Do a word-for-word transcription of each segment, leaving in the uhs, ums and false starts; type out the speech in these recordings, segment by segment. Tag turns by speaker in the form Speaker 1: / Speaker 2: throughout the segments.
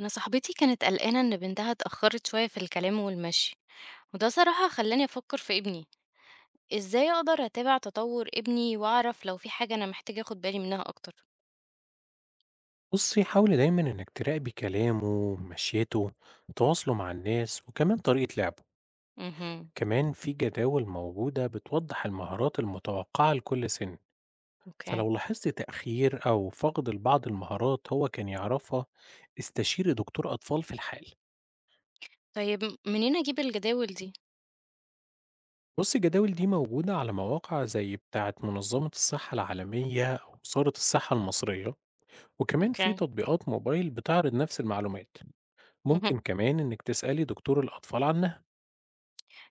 Speaker 1: أنا صاحبتي كانت قلقانة إن بنتها اتأخرت شوية في الكلام والمشي، وده صراحة خلاني أفكر في ابني. إزاي أقدر أتابع تطور ابني وأعرف لو في حاجة أنا محتاجة أخد بالي منها أكتر؟
Speaker 2: بُصّي، حاولي دايمًا إنِّك تراقبي كلامه، مشيته، تواصله مع الناس، وكمان طريقة لعبه.
Speaker 1: امم
Speaker 2: كمان في جداول موجودة بتوضح المهارات المتوقعة لكل سن،
Speaker 1: أوكي.
Speaker 2: فلو لاحظتِ تأخير أو فقد لبعض المهارات هو كان يعرفها، استشيري دكتور أطفال في الحال.
Speaker 1: طيب منين أجيب الجداول دي؟
Speaker 2: بُصّي، الجداول دي موجودة على مواقع زي بتاعة منظمة الصحة العالمية أو وزارة الصحة المصرية، وكمان في
Speaker 1: أوكي.
Speaker 2: تطبيقات موبايل بتعرض نفس المعلومات.
Speaker 1: مهم.
Speaker 2: ممكن كمان إنِّك تسألي دكتور الأطفال عنها.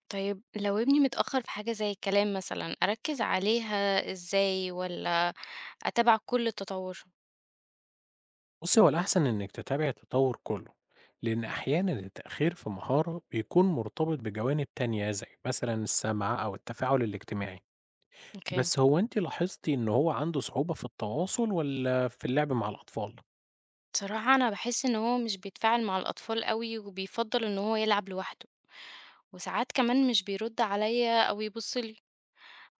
Speaker 1: طيب لو ابني متأخر في حاجة زي الكلام مثلا أركز عليها إزاي، ولا أتابع كل التطور؟
Speaker 2: بُصي، هو الأحسن إنِك تتابعي التطور كله، لأن أحيانًا التأخير في مهارة بيكون مرتبط بجوانب تانية زي مثلًا السمع أو التفاعل الاجتماعي،
Speaker 1: أوكي.
Speaker 2: بس هو أنتِ لاحظتِ إن هو عنده صعوبة في التواصل والّا في اللعب مع الأطفال؟
Speaker 1: صراحة أنا بحس إن هو مش بيتفاعل مع الأطفال قوي وبيفضل إن هو يلعب لوحده، وساعات كمان مش بيرد عليَّ أو يبُص لي،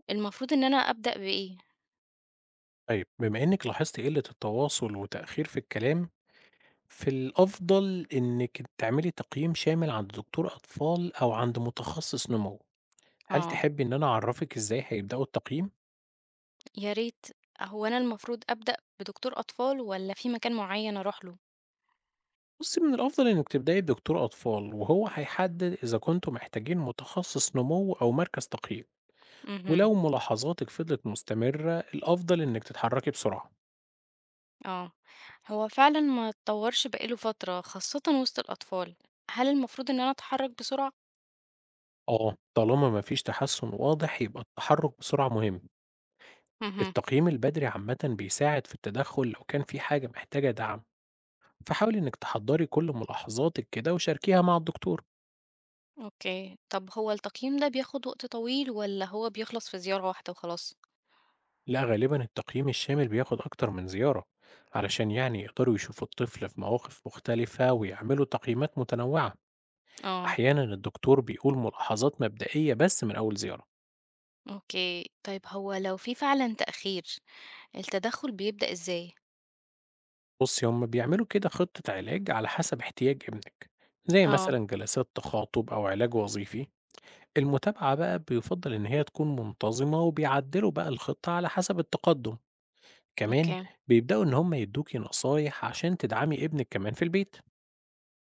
Speaker 1: المفروض إن أنا أبدأ بإيه؟
Speaker 2: طيب بما إنِك لاحظتِ قلة التواصل وتأخير في الكلام، في الأفضل إنِك تعملي تقييم شامل عند دكتور أطفال أو عند متخصص نمو، هل
Speaker 1: آه،
Speaker 2: تحبي إن أنا أعرفِك إزاي هيبدأوا التقييم؟
Speaker 1: يا ريت. هو أنا المفروض أبدأ بدكتور أطفال والّا في مكان معيّن أروح له؟
Speaker 2: بُصّي، من الأفضل إنِّك تبدئي بدكتور أطفال، وهو هيحدد إذا كنتم محتاجين متخصص نمو أو مركز تقييم،
Speaker 1: اهم.
Speaker 2: ولو ملاحظاتِك فضلت مستمرة الأفضل إنِّك تتحركي بسرعة.
Speaker 1: آه. هو فعلًا ما اتطورش بقى له فترة، خاصةً وسط الأطفال. هل المفروض إن أنا أتحرك بسرعة؟
Speaker 2: آه، طالما ما فيش تحسن واضح يبقى التحرك بسرعة مهم.
Speaker 1: اهم.
Speaker 2: التقييم البدري عامةً بيساعد في التدخل لو كان في حاجة محتاجة دعم، فحاولي إنِّك تحضّري كل ملاحظاتِك كده وشاركيها مع الدكتور.
Speaker 1: أوكي. طب هو التقييم ده بياخد وقت طويل والّا هو بيخلص في زيارة واحدة وخلاص؟
Speaker 2: لا غالبا التقييم الشامل بياخد أكتر من زيارة علشان يعني يقدروا يشوفوا الطفل في مواقف مختلفة ويعملوا تقييمات متنوعة.
Speaker 1: آه.
Speaker 2: أحيانا الدكتور بيقول ملاحظات مبدئية بس من أول زيارة.
Speaker 1: أوكي. طيب هو لو في فعلًا تأخير، التدخل بيبدأ إزاي؟
Speaker 2: بصي هم بيعملوا كده خطة علاج على حسب احتياج ابنك زي
Speaker 1: آه.
Speaker 2: مثلا جلسات تخاطب أو علاج وظيفي. المتابعة بقى بيفضل إن هي تكون منتظمة وبيعدلوا بقى الخطة على حسب التقدم. كمان
Speaker 1: أوكي.
Speaker 2: بيبدأوا إن هم يدوكي نصايح عشان تدعمي ابنك كمان في البيت.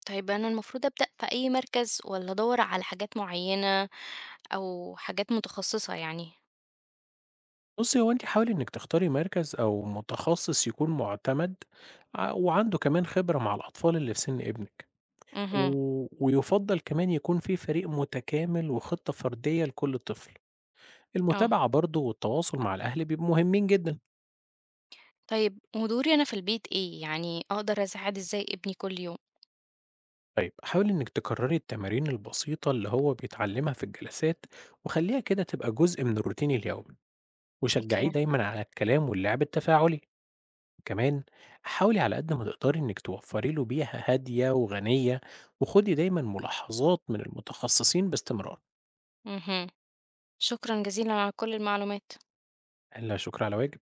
Speaker 1: طيب أنا المفروض أبدأ في أي مركز والّا أدوّر على حاجات معيّنة أو حاجات متخصصة يعني؟
Speaker 2: بُصّي، هو أنتِ حاولي إنِّك تختاري مركز أو متخصص يكون مُعتمد ع وعنده كمان خبرة مع الأطفال اللي في سِن ابنِك،
Speaker 1: اهم.
Speaker 2: و ويُفضّل كمان يكون في فريق متكامل وخطة فردية لكل طفل.
Speaker 1: آه.
Speaker 2: المتابعة برضه والتواصل مع الأهل بيبقوا مهمين جدًا.
Speaker 1: طيب ودوري أنا في البيت إيه؟ يعني أقدر أساعد إزاي ابني كل يوم؟
Speaker 2: طيب حاولي إنِّك تكرّري التمارين البسيطة اللي هو بيتعلّمها في الجلسات وخلّيها كده تبقى جزء من الروتين اليومي، وشجّعيه
Speaker 1: أوكي.
Speaker 2: دايمًا على الكلام واللعب التفاعلي. كمان حاولي على قد ما تقدري إنك توفري له بيئة هادية وغنية وخدي دايما ملاحظات من المتخصصين باستمرار.
Speaker 1: اهم. شكرًا جزيلًا على كل المعلومات.
Speaker 2: لا شكر على واجب.